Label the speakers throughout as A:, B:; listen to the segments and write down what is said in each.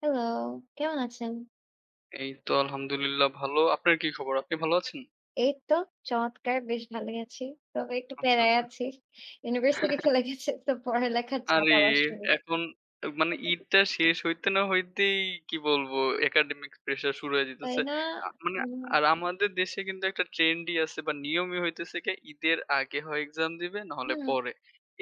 A: Hello, কেমন আছেন?
B: এই তো আলহামদুলিল্লাহ ভালো। আপনার কি খবর? আপনি ভালো আছেন?
A: এই তো চমৎকার বেশ ভালোই আছি। তবে একটু
B: আচ্ছা,
A: প্যারায়
B: আচ্ছা।
A: আছি। ইউনিভার্সিটি খুলে গেছে তো পড়ালেখার চাপ
B: আরে,
A: আবার শুরু।
B: এখন মানে ঈদটা শেষ হইতে না হইতেই কি বলবো, একাডেমিক প্রেশার শুরু হয়ে
A: তাই
B: যাইতেছে।
A: না?
B: মানে
A: হুম,
B: আর আমাদের দেশে কিন্তু একটা ট্রেন্ডই আছে বা নিয়মই হইতেছে কি ঈদের আগে হয় এক্সাম দিবে না হলে
A: হুম,
B: পরে।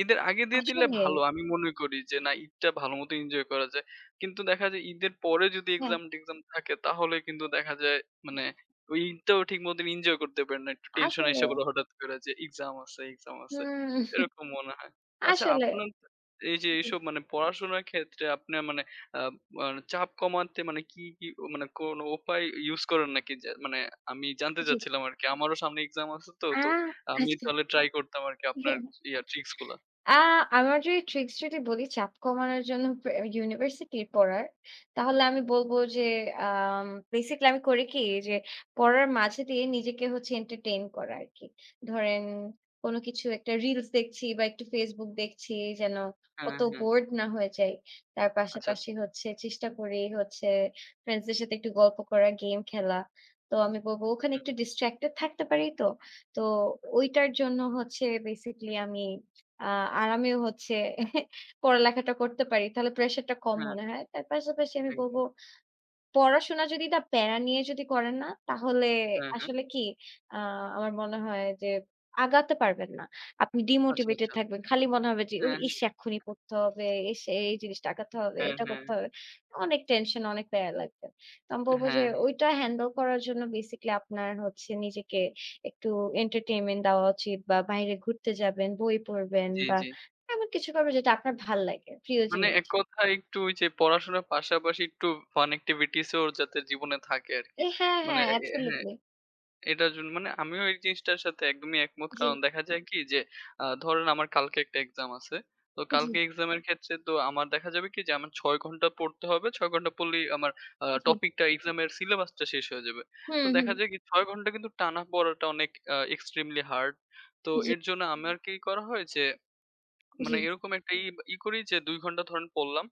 B: ঈদের আগে দিয়ে দিলে
A: আসলে
B: ভালো আমি মনে করি যে, না ঈদটা ভালো মতো এনজয় করা যায়। কিন্তু দেখা যায় ঈদের পরে যদি
A: হ্যাঁ,
B: এক্সাম-টেক্সাম থাকে তাহলে কিন্তু দেখা যায় মানে ওই ঈদটাও ঠিক মতন এনজয় করতে পারে না। একটু টেনশন
A: আসলে
B: আইসা পড়ে হঠাৎ করে যে এক্সাম আছে, এক্সাম আছে।
A: হুম,
B: এরকম মনে হয়। আচ্ছা,
A: আসলে
B: আপনার এই যে
A: জি,
B: এইসব মানে পড়াশোনার ক্ষেত্রে আপনার মানে আ মানে চাপ কমাতে মানে কি, কি মানে কোনো উপায় ইউজ করেন নাকি? যে মানে আমি জানতে
A: জি।
B: চাচ্ছিলাম আরকি। আমারও সামনে এক্সাম আছে তো,
A: আ
B: তো আমি
A: আচ্ছা।
B: তাহলে ট্রাই করতাম আরকি আপনার ট্রিকস গুলা।
A: আ
B: হুম।
A: আমার যদি ট্রিক্স যদি বলি চাপ কমানোর জন্য প্রে ইউনিভার্সিটির পড়ার, তাহলে আমি বলব যে আম বেসিক্যালি আমি করি কি যে পড়ার মাঝে দিয়ে নিজেকে হচ্ছে এন্টারটেইন করা আরকি। ধরেন কোন কিছু একটা রিলস দেখছি বা একটু Facebook দেখছি যেন
B: হ্যাঁ,
A: অত
B: হ্যাঁ।
A: বোরড না হয়ে যাই। তার
B: আচ্ছা, আচ্ছা।
A: পাশাপাশি হচ্ছে চেষ্টা করি হচ্ছে ফ্রেন্ডসদের সাথে একটু গল্প করা, গেম খেলা। তো আমি বলব ওখানে
B: হুম,
A: একটু
B: হুম।
A: ডিস্ট্রাক্টেড থাকতে পারি তো। তো ঐটার জন্য হচ্ছে বেসিক্যালি আমি আ আর আমিও হচ্ছে পড়ালেখাটা করতে পারি। তাহলে প্রেশারটা কম
B: হ্যাঁ,
A: মনে হয়। তার পাশাপাশি আমি বলব
B: একদম।
A: পড়াশোনা যদি না প্যারা নিয়ে যদি করেন না, তাহলে
B: হ্যাঁ, হ্যাঁ।
A: আসলে কি আ আমার মনে হয় যে আগাতে পারবেন না। আপনি
B: আচ্ছা,
A: ডিমোটিভেটেড
B: আচ্ছা।
A: থাকবেন। খালি মনে হবে যে, "ওই
B: হ্যাঁ, হ্যাঁ।
A: ইস! এক্ষুনি পড়তে হবে। ইস! এই জিনিসটা আগাতে হবে,
B: হ্যাঁ,
A: এটা
B: হ্যাঁ।
A: করতে হবে।" অনেক টেনশন, অনেক প্যারা লাগবে। তো আমি বলব যে
B: হ্যাঁ, হ্যাঁ।
A: ওইটা হ্যান্ডেল করার জন্য বেসিক্যালি আপনার হচ্ছে নিজেকে একটু এন্টারটেইনমেন্ট দেওয়া উচিত বা বাইরে ঘুরতে যাবেন, বই পড়বেন
B: জি,
A: বা
B: জি।
A: এমন কিছু করবেন যেটা আপনার ভাল লাগে, প্রিয়
B: মানে
A: জিনিস।
B: এক কথায় একটু ওই যে পড়াশোনার পাশাপাশি একটু ফান অ্যাক্টিভিটিস ও যাতে জীবনে থাকে আরকি।
A: এ হ্যাঁ,
B: মানে
A: হ্যাঁ,
B: এ হ্যাঁ।
A: অ্যাবসোলিউটলি।
B: এটার জন্য মানে আমিও এই জিনিসটার সাথে একদমই একমত।
A: জি,
B: কারণ দেখা যায় কি যে ধরেন আমার কালকে একটা এক্সাম আছে। তো
A: জি,
B: কালকে এক্সামের ক্ষেত্রে তো আমার দেখা যাবে কি যে আমার ৬ ঘন্টা পড়তে হবে। ৬ ঘন্টা পড়লেই আমার
A: জি।
B: টপিকটা এক্সামের সিলেবাসটা শেষ হয়ে যাবে। তো
A: হুম, হুম।
B: দেখা যায় কি ৬ ঘন্টা কিন্তু টানা পড়াটা অনেক এক্সট্রিমলি হার্ড। তো
A: জি,
B: এর জন্য আমার কি করা হয় যে
A: জি,
B: মানে এরকম একটা ই ই করি যে ২ ঘন্টা ধরেন পড়লাম।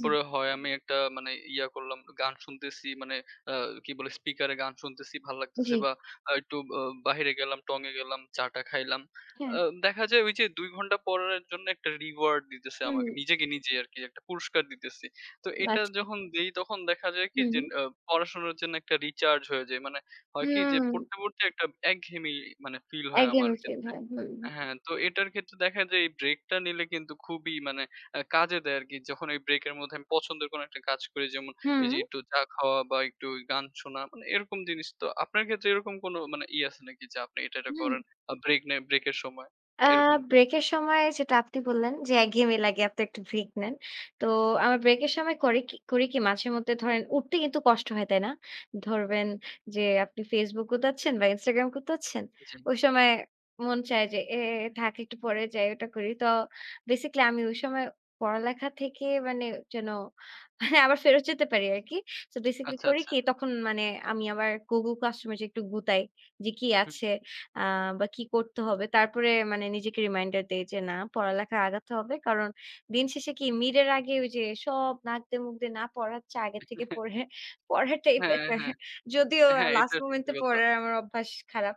A: জি,
B: হয় আমি একটা মানে করলাম, গান শুনতেছি মানে আ কি বলে স্পিকারে গান শুনতেছি ভাল লাগতেছে
A: জি।
B: বা একটু বাহিরে গেলাম, টঙে গেলাম, চা-টা খাইলাম।
A: হ্যাঁ।
B: আ দেখা যায় ওই যে ২ ঘন্টা পড়ার জন্য একটা রিওয়ার্ড দিতেছে
A: হুম,
B: আমাকে, নিজেকে নিজেই আরকি একটা পুরস্কার দিতেছি। তো এটা
A: আচ্ছা।
B: যখন দেই তখন দেখা যায় কি
A: হুম,
B: যে
A: হুম।
B: পড়াশোনার জন্য একটা রিচার্জ হয়ে যায়। মানে হয় কি যে
A: হুম,
B: পড়তে, পড়তে একটা একঘেয়েমি মানে ফিল হয় আমার
A: একঘেয়েমি ফিল
B: ক্ষেত্রে।
A: হয়। হুম,
B: হ্যাঁ, তো এটার ক্ষেত্রে দেখা যায় এই ব্রেকটা নিলে কিন্তু খুবই মানে কাজে দেয় আরকি। যখন এই ব্রেকের মধ্যে আমি পছন্দের কোনো একটা কাজ করি যেমন এই
A: হুম,
B: যে একটু চা খাওয়া বা একটু গান শোনা, মানে এরকম জিনিস। তো আপনার ক্ষেত্রে এরকম কোনো মানে ই আছে নাকি যে আপনি এটা
A: হুম।
B: করেন, ব্রেক নেন ব্রেকের সময়
A: আ
B: এরকম?
A: ব্রেকের সময় যেটা আপনি বললেন যে একঘেয়েমি লাগে আপনি একটু ব্রেক নেন। তো আমার ব্রেকের সময় করে কি করি কি মাঝে মধ্যে ধরেন উঠতে কিন্তু কষ্ট হয়, তাই না? ধরবেন যে আপনি Facebook গুতাচ্ছেন বা Instagram গুতাচ্ছেন।
B: জি।
A: ওই সময় মন চায় যে থাক একটু পরে যাই ওটা করি। তো বেসিক্যালি আমি ওই সময় পড়ালেখা থেকে মানে যেন মানে আবার ফেরত যেতে পারি আরকি। সো বেসিক্যালি
B: আচ্ছা,
A: করি
B: আচ্ছা।
A: কি তখন মানে আমি আবার Google Classroom এ যে একটু গুতাই যে কি
B: হুম।
A: আছে আ বা কি করতে হবে? তারপরে মানে নিজেকে রিমাইন্ডার দেই যে, না পড়ালেখায় আগাতে হবে। কারণ দিন শেষে কি মিড এর আগে ওই যে সব নাক দিয়ে মুখ দিয়ে না পড়ার চেয়ে আগে থেকে পড়ে পড়াটাই
B: হ্যাঁ,
A: বেটার।
B: হ্যাঁ।
A: যদিও
B: হ্যাঁ, এটা
A: লাস্ট মোমেন্ট
B: সত্যি
A: এ
B: কথা।
A: পড়ার আমার অভ্যাস খারাপ।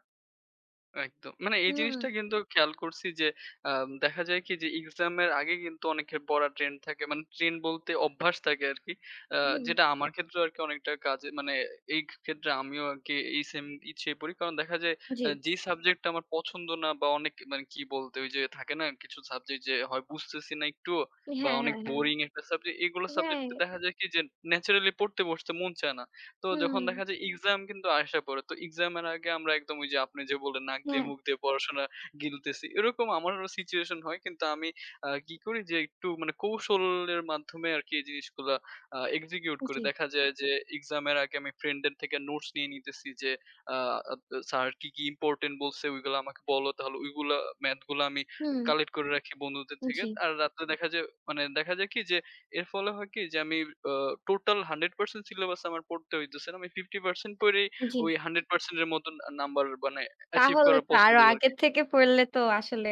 B: একদম। মানে এই
A: হুম,
B: জিনিসটা কিন্তু খেয়াল করছি যে দেখা যায় কি যে এক্সাম এর আগে কিন্তু অনেকের পড়া ট্রেন্ড থাকে। মানে ট্রেন্ড বলতে অভ্যাস থাকে আরকি। আ
A: হুম,
B: যেটা আমার ক্ষেত্রেও আরকি অনেকটা কাজে মানে এই ক্ষেত্রে আমিও আরকি এই সেম পিছিয়ে পড়ি। কারণ দেখা যায়
A: জি।
B: যে সাবজেক্টটা আমার পছন্দ না বা অনেক মানে কি বলতে ওই যে থাকে না কিছু সাবজেক্ট যে হয় বুঝতেছি না একটুও বা
A: হ্যাঁ,
B: অনেক
A: হ্যাঁ, হ্যাঁ।
B: বোরিং একটা সাবজেক্ট। এগুলো সাবজেক্ট
A: রাইট।
B: দেখা যায় কি যে ন্যাচারালি পড়তে বসতে মন চায় না। তো যখন
A: হুম,
B: দেখা যায় এক্সাম কিন্তু আইসা পড়ে। তো এক্সামের আগে আমরা একদম ওই যে আপনি যে বললেন নাক দিয়ে
A: হ্যাঁ,
B: মুখ দিয়ে পড়াশোনা গিলতেছি। এরকম আমারও সিচুয়েশন হয়। কিন্তু আমি কি করি যে একটু মানে কৌশলের মাধ্যমে আরকি এই জিনিসগুলা এক্সিকিউট করি।
A: জি।
B: দেখা যায় যে এক্সামের আগে আমি ফ্রেন্ডদের থেকে নোটস নিয়ে নিতেছি যে আ আব স্যার কি ইম্পোর্টেন্ট বলছে ওইগুলো আমাকে বলো। তাহলে ওইগুলা ম্যাথ গুলা আমি
A: হুম,
B: কালেক্ট করে রাখি বন্ধুদের থেকে।
A: জি,
B: আর রাত্রে দেখা যায় মানে দেখা যায় কি যে এর ফলে হয় কি যে আমি আ টোটাল 100% সিলেবাস আমার পড়তে হইতেছে না। আমি 50% পইড়াই
A: জি।
B: ওই 100% এর মতন নাম্বার মানে অ্যাচিভ
A: তাহলে
B: করা
A: তো আরো
B: পসিবল আরকি।
A: আগের থেকে পড়লে তো আসলে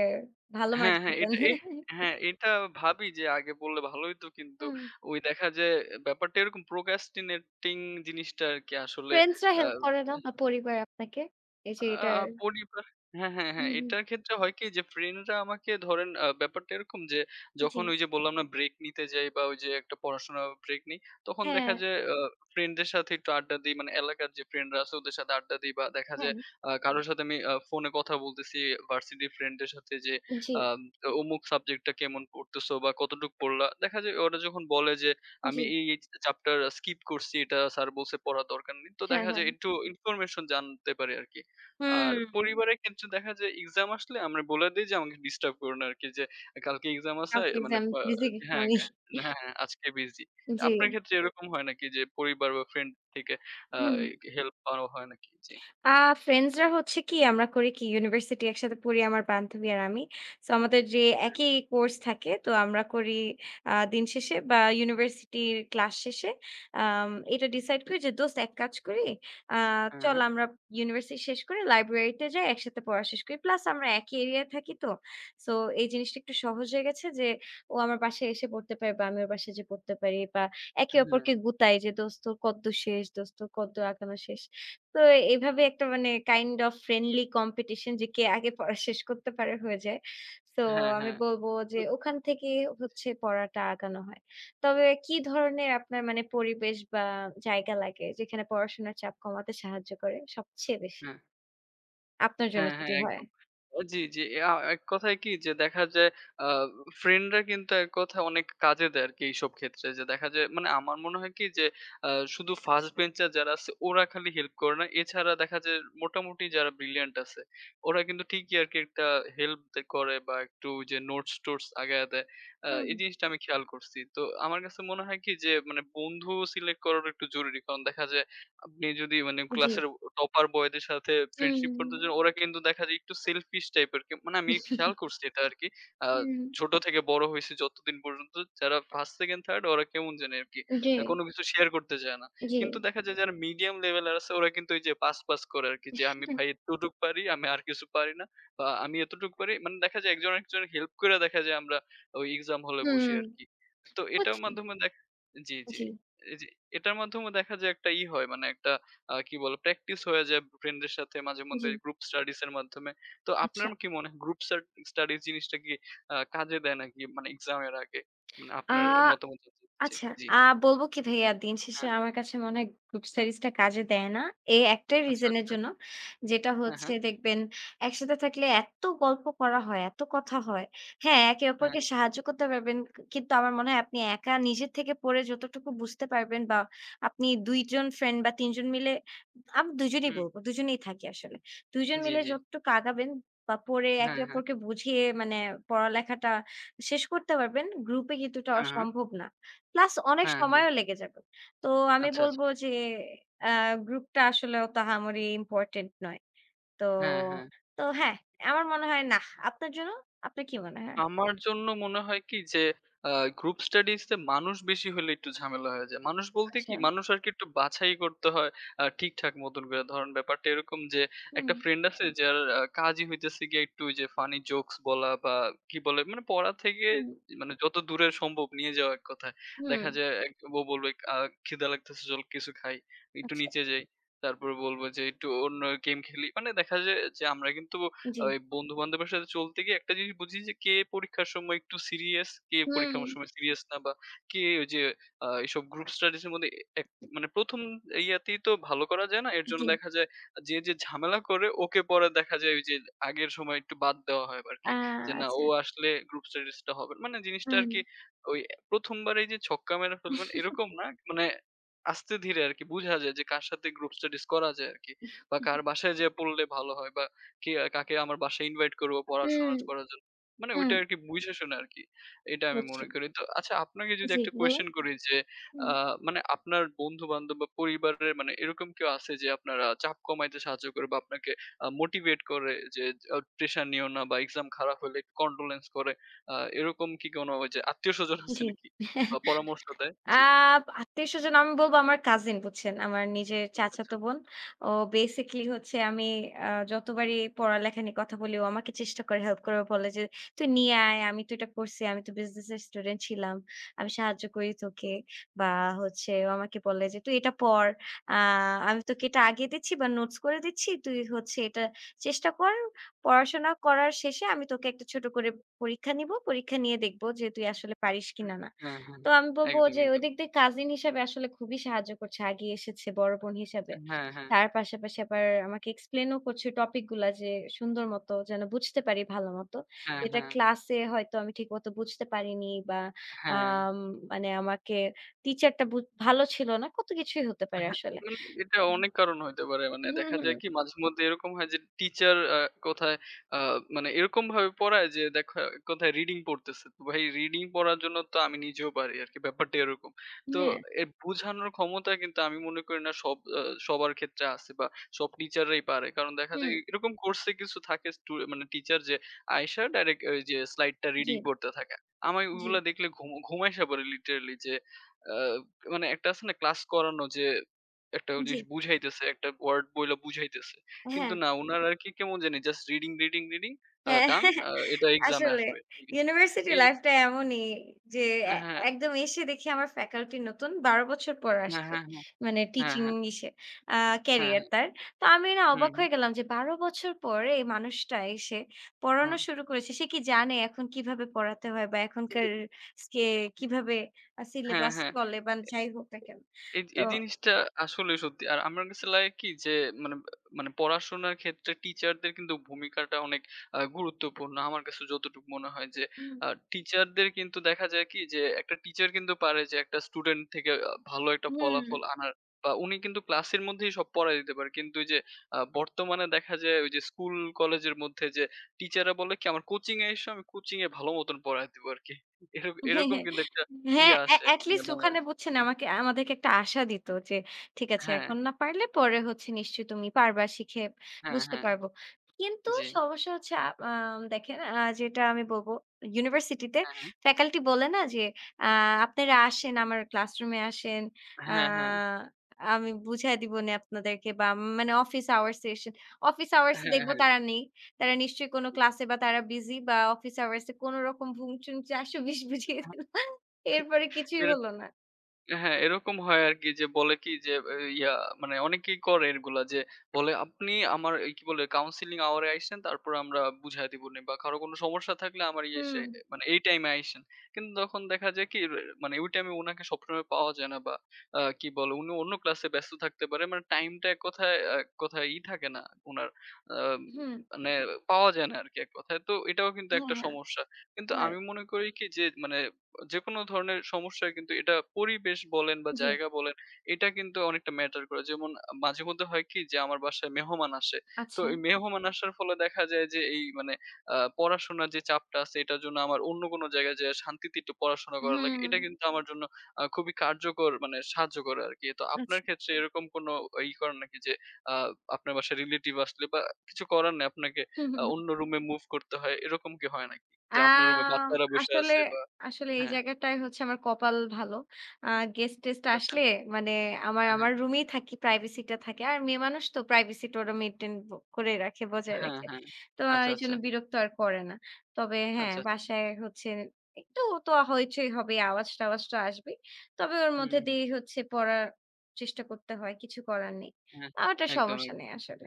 A: ভালো
B: হ্যাঁ,
A: মার্কস
B: হ্যাঁ,
A: পেতেন।
B: এটা এ হ্যাঁ, এটা ভাবি যে আগে পড়লে ভালো হইতো কিন্তু
A: হুম।
B: ওই দেখা যায় ব্যাপারটা এরকম procrastinating জিনিসটা আরকি আসলে
A: ফ্রেন্ডসরা হেল্প করে
B: আ
A: না বা পরিবার আপনাকে? এই যে
B: আ
A: এটার
B: পরিবার হ্যাঁ, হ্যাঁ, হ্যাঁ।
A: হুম, হুম।
B: এটার ক্ষেত্রে হয় কি যে ফ্রেন্ডরা আমাকে ধরেন ব্যাপারটা এরকম যে
A: জি।
B: যখন ওই যে বললাম না ব্রেক নিতে যাই বা ওই যে একটা পড়াশোনার ব্রেক নেই, তখন
A: হ্যাঁ,
B: দেখা যায় ফ্রেন্ডদের সাথে একটু আড্ডা দেই মানে এলাকার যে ফ্রেন্ডরা আছে ওদের সাথে আড্ডা দেই বা দেখা
A: হ্যাঁ।
B: যায় কারো সাথে আমি ফোনে কথা বলতেছি ভার্সিটির ফ্রেন্ডের সাথে যে
A: জি,
B: আম অমুক সাবজেক্টটা কেমন পড়তেছো বা কতটুক পড়লা? দেখা যায় ওরা যখন বলে যে,
A: জি।
B: আমি এই চ্যাপ্টার স্কিপ করছি এটা স্যার বলছে পড়ার দরকার নেই। তো
A: হ্যাঁ,
B: দেখা যায়
A: হ্যাঁ।
B: একটু ইনফরমেশন জানতে পারি আরকি। আর
A: হুম,
B: পরিবারের ক্ষেত্রে দেখা যায় এক্সাম আসলে আমরা বলে দেই যে আমাকে ডিস্টার্ব করো না আরকি যে কালকে এক্সাম আছে,
A: কালকে
B: মানে
A: এক্সাম, দিছি
B: হ্যাঁ,
A: আমি
B: হ্যাঁ, হ্যাঁ হ্যাঁ, আজকে বিজি।
A: জি,
B: আপনার ক্ষেত্রে এরকম হয় নাকি যে পরিবার বা ফ্রেন্ড থেকে আ
A: হুম।
B: হেল্প পাওয়া হয় নাকি? জি।
A: আ ফ্রেন্ডসরা হচ্ছে কি আমরা করি কি ইউনিভার্সিটি একসাথে পড়ি আমার বান্ধবী আর আমি। সো আমাদের যে একই কোর্স থাকে তো আমরা করি দিন শেষে বা ইউনিভার্সিটির ক্লাস শেষে এটা ডিসাইড করি যে দোস্ত এক কাজ করি। আ
B: হ্যাঁ,
A: চল আমরা ইউনিভার্সিটি শেষ করে লাইব্রেরিতে যাই একসাথে পড়া শেষ করি। প্লাস আমরা একই এরিয়ায় থাকি তো। সো এই জিনিসটা একটু সহজ হয়ে গেছে যে ও আমার বাসায় এসে পড়তে পারে বা আমি ওর বাসায় যেয়ে পড়তে পারি বা একে
B: হ্যাঁ, হ্যাঁ,
A: অপরকে গুতাই যে দোস্ত তোর কদ্দুর শেষ, দোস্ত তোর কদ্দুর আগানো শেষ। তো এভাবে একটা মানে কাইন্ড অফ ফ্রেন্ডলি কম্পিটিশন যে কে আগে পড়া শেষ করতে পারে হয়ে যায়। সো
B: হ্যাঁ,
A: আমি
B: হ্যাঁ।
A: বলব যে ওখান থেকে হচ্ছে
B: জি।
A: পড়াটা আগানো হয়। তবে কি ধরনের আপনার মানে পরিবেশ বা জায়গা লাগে যেখানে পড়াশোনার চাপ কমাতে সাহায্য করে সবচেয়ে বেশি?
B: হ্যাঁ।
A: আপনার জন্য
B: হ্যাঁ,
A: যদি
B: হ্যাঁ,
A: হয়।
B: একদম। জি, জি। এক কথায় কি যে দেখা যায় আ ফ্রেন্ডরা কিন্তু এক কথায় অনেক কাজে দেয় আরকি এইসব ক্ষেত্রে। যে দেখা যায় মানে আমার মনে হয় কি যে শুধু ফার্স্ট বেঞ্চার যারা আছে ওরা খালি হেল্প করে না। এছাড়া দেখা যায় মোটামুটি যারা ব্রিলিয়ান্ট আছে ওরা কিন্তু ঠিকই আরকি একটা হেল্প দে করে বা একটু ওই যে নোটস-টোটস আগায়া দেয়।
A: হুম,
B: এই
A: হুম।
B: জিনিসটা আমি খেয়াল করছি। তো আমার কাছে মনে হয় কি যে মানে বন্ধু সিলেক্ট করাটা একটু জরুরি। কারণ দেখা যায় আপনি যদি মানে
A: জি।
B: ক্লাসের টপার বয়দের সাথে
A: হুম,
B: ফ্রেন্ডশিপ
A: হুম, হুম।
B: করতে যান, ওরা কিন্তু দেখা যায় একটু সেলফিশ টাইপের। কে মানে আমি খেয়াল করছি এটা আরকি। আ
A: হুম।
B: ছোট থেকে বড় হইছি যতদিন পর্যন্ত যারা 1st, 2nd, 3rd ওরা কেমন জানি আরকি।
A: জি,
B: কোনো কিছু শেয়ার করতে চায় না।
A: জি।
B: কিন্তু দেখা যায় যারা মিডিয়াম লেভেলের আছে ওরা কিন্তু ওই যে পাস, পাস করে আরকি যে আমি ভাই এতটুক পারি, আমি আর কিছু পারি না। বা আমি এতটুক পারি। মানে দেখা যায় একজন আরেকজনের হেল্প করে দেখা যায় আমরা ওই এক্সাম হলে বসি
A: হুম,
B: আরকি। তো এটার
A: বুঝছি।
B: মাধ্যমে দেখ জি, জি।
A: জি,
B: এই যে এটার মাধ্যমে দেখা যায় একটা ই হয় মানে একটা আহ, কি বলে প্র্যাকটিস হয়ে যায় ফ্রেন্ডদের সাথে মাঝে মধ্যে
A: জি।
B: গ্রুপ স্টাডিজ এর মাধ্যমে। তো আপনার
A: আচ্ছা।
B: কি মনে হয় গ্রুপ স্টাডিজ জিনিসটা কি আহ, কাজে দেয় নাকি মানে এক্সাম এর আগে? মানে
A: আ
B: আপনার মতামত জানতে চাচ্ছি।
A: আচ্ছা,
B: জি,
A: আ বলব কি ভাইয়া দিন শেষে
B: হ্যাঁ,
A: আমার কাছে মনে হয় গ্রুপ স্টাডিজটা কাজে দেয় না। এই একটাই
B: আচ্ছা,
A: রিজনের
B: আচ্ছা,
A: জন্য। যেটা
B: হ্যাঁ,
A: হচ্ছে
B: হ্যাঁ,
A: দেখবেন একসাথে থাকলে এত গল্প করা হয়, এত কথা হয়। হ্যাঁ, একে
B: হ্যাঁ,
A: অপরকে সাহায্য করতে পারবেন। কি কিন্তু আমার মনে হয় আপনি একা নিজের থেকে পড়ে যতটুকু বুঝতে পারবেন বা আপনি ২ জন ফ্রেন্ড বা ৩ জন মিলে আমি ২ জনই
B: হুম,
A: বলব, ২ জনেই থাকি আসলে। ২ জন
B: জি,
A: মিলে
B: জি,
A: যতটুকু আগাবেন বা পড়ে
B: হ্যাঁ,
A: একে
B: হ্যাঁ,
A: অপরকে বুঝিয়ে মানে পড়ালেখাটা শেষ করতে পারবেন, গ্রুপে কিন্তু এটা
B: হ্যাঁ, হ্যাঁ,
A: অসম্ভব না। প্লাস অনেক
B: হ্যাঁ, হ্যাঁ,
A: সময়ও লেগে যাবে। তো আমি
B: আচ্ছা, আচ্ছা,
A: বলব যে আ গ্রুপটা আসলে অত আহামরি ইম্পোর্টেন্ট নয়। তো,
B: হ্যাঁ, হ্যাঁ।
A: তো হ্যাঁ, আমার মনে হয় নাহ। আপনার জন্য? আপনার কি মনে হয়?
B: আমার জন্য মনে হয় কি যে আ গ্রুপ স্টাডিজ তে মানুষ বেশি হলে একটু ঝামেলা হয়ে যায়। মানুষ বলতে কি,
A: আচ্ছা।
B: মানুষ আরকি একটু বাছাই করতে হয় ঠিকঠাক মতন করে। ধরেন ব্যাপারটা এরকম যে
A: হুম,
B: একটা ফ্রেন্ড আছে যার কাজই হইতেছে গিয়ে একটু ওই যে ফানি জোকস বলা বা কি বলে মানে পড়া থেকে
A: হুম,
B: মানে যত দূরে সম্ভব নিয়ে যাওয়া এক কথায়।
A: হুম।
B: দেখা যায় এক ও বলবে খিদা লাগতেছে চল কিছু খাই। একটু
A: আচ্ছা,
B: নিচে যাই। তারপরে বলবো যে একটু অন্য গেম খেলি। মানে দেখা যায় যে আমরা কিন্তু
A: জি।
B: ওই বন্ধু-বান্ধবের সাথে চলতে গিয়ে একটা জিনিস বুঝি যে কে পরীক্ষার সময় একটু সিরিয়াস, কে
A: হুম,
B: পরীক্ষার সময় সিরিয়াস না বা কে ওই যে এইসব গ্রুপ স্টাডিজ এর মধ্যে এক মানে ১ম ইয়াতেই তো ভালো করা যায় না। এর জন্য
A: জি।
B: দেখা যায় যে, যে ঝামেলা করে ওকে পরে দেখা যায় ওই যে আগের সময় একটু বাদ দেওয়া হয়
A: আ
B: আরকি। যে না, ও
A: আচ্ছা।
B: আসলে গ্রুপ স্টাডিজ টা হবে না। মানে জিনিসটা
A: হুম।
B: আরকি ওই ১ম বারেই যে ছক্কা মেরে ফেলবেন এরকম না। মানে আস্তে ধীরে আরকি বুঝা যায় যে কার সাথে গ্রুপ স্টাডিজ করা যায় আরকি। বা কার বাসায় যেয়ে পড়লে ভালো হয় বা কে, কাকে আমার বাসায় ইনভাইট করবো
A: হুম,
B: পড়াশোনা করার জন্য। মানে
A: হুম,
B: ওইটা আরকি বুঝে শুনে আরকি। এটা আমি
A: বুঝছি।
B: মনে করি। তো আচ্ছা, আপনাকে যদি
A: জি,
B: একটা
A: বলুন।
B: কোয়েশ্চেন করি যে
A: হুম।
B: আ মানে আপনার বন্ধু-বান্ধব বা পরিবারের মানে এরকম কেউ আছে যে আপনারা চাপ কমাইতে সাহায্য করে বা আপনাকে মোটিভেট করে যে প্রেশার নিও না বা এক্সাম খারাপ হলে একটু কন্ডোলেন্স করে। এরকম কি কোনো ওই যে আত্মীয়স্বজন আছে
A: জি।
B: নাকি? বা পরামর্শ দেয়?
A: আ
B: জি।
A: আত্মীয়স্বজন আমি বলবো আমার কাজিন বুঝছেন? আমার নিজের
B: আচ্ছা, আচ্ছা।
A: চাচাতো বোন। ও বেসিক্যালি হচ্ছে আমি যতবারই পড়ালেখা নিয়ে কথা বলি, ও আমাকে চেষ্টা করে হেল্প করে বলে যে, "তুই নিয়ে আয়। আমি তো এটা করছি। আমি তো বিজনেসের স্টুডেন্ট ছিলাম। আমি সাহায্য করি তোকে।" বা হচ্ছে ও আমাকে বলে যে, "তুই এটা পড়। আ আমি তোকে এটা আগিয়ে দিচ্ছি বা নোটস করে দিচ্ছি। তুই হচ্ছে এটা চেষ্টা কর। পড়াশোনা করার শেষে আমি তোকে একটা ছোট করে পরীক্ষা নিব। পরীক্ষা নিয়ে দেখব যে তুই আসলে পারিস
B: হুম।
A: কিনা না।
B: হ্যাঁ, হ্যাঁ।
A: তো আমি বলব
B: একদম,
A: যে ওই
B: একদম।
A: দিক দিয়ে কাজিন হিসাবে আসলে খুবই সাহায্য করছে। আগিয়ে এসেছে বড় বোন হিসাবে।
B: হ্যাঁ, হ্যাঁ।
A: তার পাশাপাশি আবার আমাকে এক্সপ্লেইন ও করছে টপিক গুলা যে সুন্দর মতো যেন বুঝতে পারি ভালো মতো।
B: হ্যাঁ,
A: যেটা
B: হ্যাঁ।
A: ক্লাসে হয়তো আমি ঠিক মতো বুঝতে পারিনি বা
B: হ্যাঁ।
A: আম মানে আমাকে টিচারটা বু ভালো ছিল না। কত কিছুই হতে পারে আসলে।
B: মানে এটা অনেক কারণ হইতে পারে। মানে
A: হুম,
B: দেখা
A: হুম।
B: যায় কি মাঝে মধ্যে এরকম হয় যে টিচার কোথায় আ মানে এরকম ভাবে পড়ায় যে দেখা কোথায় রিডিং পড়তেছে। তো ভাই, রিডিং পড়ার জন্য তো আমি নিজেও পারি আরকি, ব্যাপারটা এরকম। তো
A: হ্যাঁ,
B: এ বুঝানোর ক্ষমতা কিন্তু আমি মনে করি না সব সবার ক্ষেত্রে আছে বা সব টিচাররাই পারে। কারণ দেখা যায়
A: হুম।
B: এরকম কোর্সে কিছু থাকে স্টু মানে টিচার যে আইসা ডাইরেক্ট ওই যে স্লাইডটা
A: জি,
B: রিডিং পড়তে থাকে। আমি
A: জি,
B: ওগুলা দেখলে ঘুম ঘুম আইসা পড়ি লিটারেলি যে আ মানে একটা আছে না ক্লাস করানো যে একটা
A: জি।
B: জিনিস বুঝাইতেছে, একটা ওয়ার্ড বইলা বুঝাইতেছে। কিন্তু
A: হ্যাঁ।
B: না, উনার আরকি কেমন জানি জাস্ট রিডিং, রিডিং, রিডিং
A: হ্যাঁ,
B: ডান এটা এক্সামে
A: আসলে
B: আসবে। ঠিক আছে।
A: ইউনিভার্সিটি
B: এই
A: লাইফটা এমনই যে এ
B: হ্যাঁ,
A: একদম এসে দেখি আমার ফ্যাকাল্টি নতুন ১২ বছর পর
B: হ্যাঁ,
A: আসছে।
B: হ্যাঁ, হ্যাঁ,
A: মানে
B: হ্যাঁ,
A: টিচিং
B: হ্যাঁ,
A: ইসে আ
B: হ্যাঁ,
A: ক্যারিয়ার
B: হ্যাঁ,
A: তার। তো আমি না
B: হুম,
A: অবাক
B: হুম,
A: হয়ে গেলাম যে ১২ বছর পর এই মানুষটা এসে
B: হুম।
A: পড়ানো শুরু করেছে। সে কি জানে এখন কিভাবে পড়াতে হয় বা এখনকার স্কে কিভাবে
B: হ্যাঁ,
A: সিলেবাস
B: হ্যাঁ।
A: চলে বা যাই হোক না কেন।
B: এই
A: তো
B: এই জিনিসটা আসলেই সত্যি। আর আমার কাছে লাগে কি যে মানে মানে পড়াশোনার ক্ষেত্রে টিচারদের কিন্তু ভূমিকাটা অনেক গুরুত্বপূর্ণ। আমার কাছে যতটুকু মনে হয় যে
A: হুম,
B: আ টিচারদের কিন্তু দেখা যায় কি যে একটা টিচার কিন্তু পারে যে একটা স্টুডেন্ট থেকে ভালো একটা
A: হুম।
B: ফলাফল আনার বা উনি কিন্তু ক্লাসের মধ্যেই সব পড়ায় দিতে পারে। কিন্তু ওই যে বর্তমানে দেখা যায় ওই যে স্কুল কলেজের মধ্যে যে টিচাররা বলে কি আমার কোচিং এ এসো, আমি কোচিং এ ভালো মতন পড়ায় দিবো আরকি। এরকম
A: হ্যাঁ,
B: এরকম
A: হ্যাঁ।
B: কিন্তু একটা
A: হ্যাঁ,
B: ইয়ে
A: অ্যা
B: আসে
A: at
B: মানে
A: least ওখানে
B: বাংলাদেশে।
A: বুঝছেন
B: জি,
A: আমাকে আমাদেরকে একটা আশা দিত যে, ঠিক আছে
B: হ্যাঁ।
A: এখন না পারলে পরে হচ্ছে নিশ্চয়ই তুমি পারবা, শিখে
B: হ্যাঁ,
A: বুঝতে
B: হ্যাঁ।
A: পারবো। কিন্তু
B: জি।
A: সমস্যা হচ্ছে আ আম দেখেন যেটা আমি বলব ইউনিভার্সিটিতে
B: হ্যাঁ, হ্যাঁ।
A: ফ্যাকাল্টি বলে না যে, আ "আপনারা আসেন আমার ক্লাসরুমে আসেন। আ
B: হ্যাঁ, হ্যাঁ।
A: আমি বুঝায় দিবনে আপনাদেরকে" বা মানে অফিস আওয়ার্স এ এসে অফিস আওয়ার্স এ দেখব
B: হ্যাঁ,
A: তারা নেই। তারা নিশ্চয়ই কোনো ক্লাসে বা তারা বিজি বা অফিস আওয়ার্স এ কোনরকম ভুং-চুং ৪২০ বুঝিয়ে দিল।
B: হ্যাঁ।
A: এরপরে কিছুই হলো না।
B: হ্যাঁ, এরকম হয় আরকি যে বলে কি যে এ ইয়া মানে অনেকেই করে এগুলা যে বলে, "আপনি আমার এই কি বলে কাউন্সেলিং আওয়ার এ আইসেন, তারপর আমরা বুঝায় দিবনি বা কারো কোনো সমস্যা থাকলে আমার ইয়ে এসে
A: হুম,
B: মানে এই টাইমে আইসেন।" কিন্তু তখন দেখা যায় কি রে মানে ওই টাইমে উনাকে সবসময় পাওয়া যায় না বা কি বলে উনি অন্য ক্লাসে ব্যস্ত থাকতে পারে। মানে টাইমটা এক কথায় এক কথায় ই থাকে না উনার আ
A: হুম।
B: মানে পাওয়া যায় না আরকি এক কথায়। তো এটাও কিন্তু
A: হ্যাঁ,
B: একটা
A: হ্যাঁ।
B: সমস্যা। কিন্তু আমি
A: রাইট।
B: মনে করি কি যে মানে যেকোনো ধরনের সমস্যায় কিন্তু এটা পরিবেশ বলেন বা
A: জি।
B: জায়গা বলেন, এটা কিন্তু অনেকটা ম্যাটার করে। যেমন মাঝে মধ্যে হয় কি যে আমার বাসায় মেহমান আসে। তো
A: আচ্ছা।
B: এই মেহমান আসার ফলে দেখা যায় যে এই মানে পড়াশোনার যে চাপটা আছে এটার জন্য আমার অন্য কোনো জায়গায় যেয়ে শান্তিতে একটু পড়াশোনা করা লাগে।
A: হুম,
B: এটা কিন্তু আমার জন্য খুবই কার্যকর মানে সাহায্য করে আরকি। তো আপনার
A: আচ্ছা।
B: ক্ষেত্রে এরকম কোনো ই করেন নাকি যে আ আপনার বাসায় রিলেটিভ আসলে বা কিছু করার নাই আপনাকে অন্য রুমে মুভ করতে হয় এরকম কি হয় নাকি? যে আপনার রুমে
A: আম
B: বাচ্চারা বসে
A: আসলে,
B: আছে বা
A: আসলে এই
B: হ্যাঁ।
A: জায়গাটায় হচ্ছে আমার কপাল ভালো। আ গেস্ট-টেস্ট
B: আচ্ছা, আচ্ছা।
A: আসলে মানে আমার
B: হ্যাঁ, হ্যাঁ।
A: আমার রুমেই থাকি, প্রাইভেসি টা থাকে। আর মেয়ে মানুষ তো প্রাইভেসি টা ওরা মেইনটেইন করে রাখে, বজায়
B: হ্যাঁ,
A: রাখে।
B: হ্যাঁ।
A: তো
B: আচ্ছা, আচ্ছা।
A: এইজন্য বিরক্ত আর করে না। তবে হ্যাঁ,
B: আচ্ছা, আচ্ছা।
A: বাসায় হচ্ছে একটু তো হইচই হবে, আওয়াজ-টাওয়াজ তো আসবেই। তবে ওর
B: হুম,
A: মধ্যে
B: হুম।
A: দিয়েই হচ্ছে পড়ার চেষ্টা করতে হয়, কিছু করার নেই।
B: হ্যাঁ,
A: ওটা
B: একদম,
A: সমস্যা
B: একদম।
A: নেই আসলে।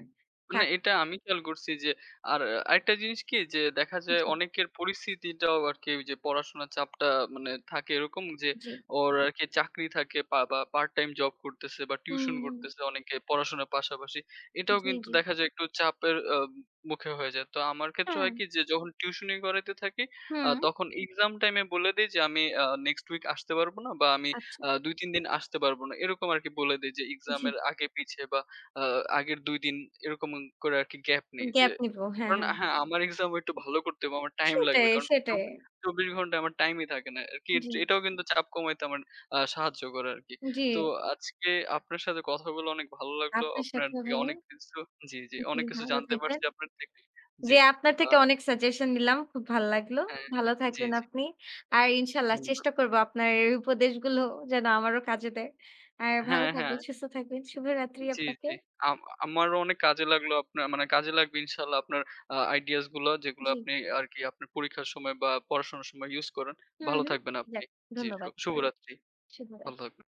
B: মানে
A: থাক
B: এটা আমি খেয়াল করছি যে আর আরেকটা জিনিস কি যে দেখা যায়
A: জি,
B: অনেকের পরিস্থিতিটাও আর কি ওই যে পড়াশোনার চাপটা মানে থাকে এরকম যে
A: জি।
B: ওর আর কি চাকরি থাকে বা পার্ট টাইম জব করতেছে বা
A: হুম,
B: টিউশন
A: হুম।
B: করতেছে অনেকে পড়াশোনার পাশাপাশি। এটাও
A: জি,
B: কিন্তু
A: জি।
B: দেখা যায় একটু চাপের আহ, মুখে হয়ে যায়। তো আমার ক্ষেত্রে
A: হ্যাঁ,
B: হয় কি যে যখন টিউশনি করাইতে থাকি আহ,
A: হুম।
B: তখন এক্সাম টাইমে বলে দিই যে আমি নেক্সট উইক আসতে পারবো না বা আমি
A: আচ্ছা,
B: আহ, 2 3 দিন আসতে পারবো না এরকম আর কি বলে দিই যে
A: জি।
B: এক্সামের আগে পিছে আ আগের ২ দিন এরকম করে আরকি গ্যাপ নেই যে
A: গ্যাপ নিবো। হ্যাঁ,
B: কারণ
A: হ্যাঁ।
B: হ্যাঁ, আমার এক্সামও একটু ভালো করতে হবে। আমার টাইম লাগবে।
A: সেটাই,
B: কারণ চব
A: সেটাই।
B: ২৪ ঘন্টা আমার টাইমই থাকে না আরকি।
A: জি,
B: এটাও কিন্তু চাপ কমাইতে আমার সাহায্য করে আরকি।
A: জি।
B: তো আজকে আপনার সাথে কথা বলে অনেক ভালো লাগলো।
A: আপনার
B: আপনার
A: সাথেও
B: থেকে
A: ভাইয়া।
B: অনেক কিছু জি, জি।
A: জি,
B: অনেক কিছু
A: ভালো
B: জানতে
A: থাকবেন।
B: পারছি আপনার থেকে।
A: জি,
B: জি।
A: আপনার
B: আ
A: থেকে অনেক সাজেশন নিলাম। খুব ভাল লাগলো।
B: হ্যাঁ।
A: ভালো
B: জি,
A: থাকবেন
B: জি।
A: আপনি। আর ইনশাআল্লাহ
B: ধন্যবাদ।
A: চেষ্টা করব আপনার এই উপদেশগুলো যেন আমারও কাজে দেয়। আর ভালো
B: হ্যাঁ, হ্যাঁ।
A: থাকবেন, সুস্থ থাকবেন। শুভরাত্রি
B: জি,
A: আপনাকে।
B: জি। আম আমারও অনেক কাজে লাগলো আপনার মানে কাজে লাগবে ইনশাআল্লাহ আপনার আইডিয়াস গুলো যেগুলো
A: জি।
B: আপনি আরকি আপনার পরীক্ষার সময় বা পড়াশোনার সময় ইউস করেন।
A: হুম,
B: ভালো
A: হুম।
B: থাকবেন আপনি।
A: যাক
B: জি,
A: ধন্যবাদ।
B: শুভরাত্রি। ভালো
A: শুভরাত্রি।
B: থাকবেন।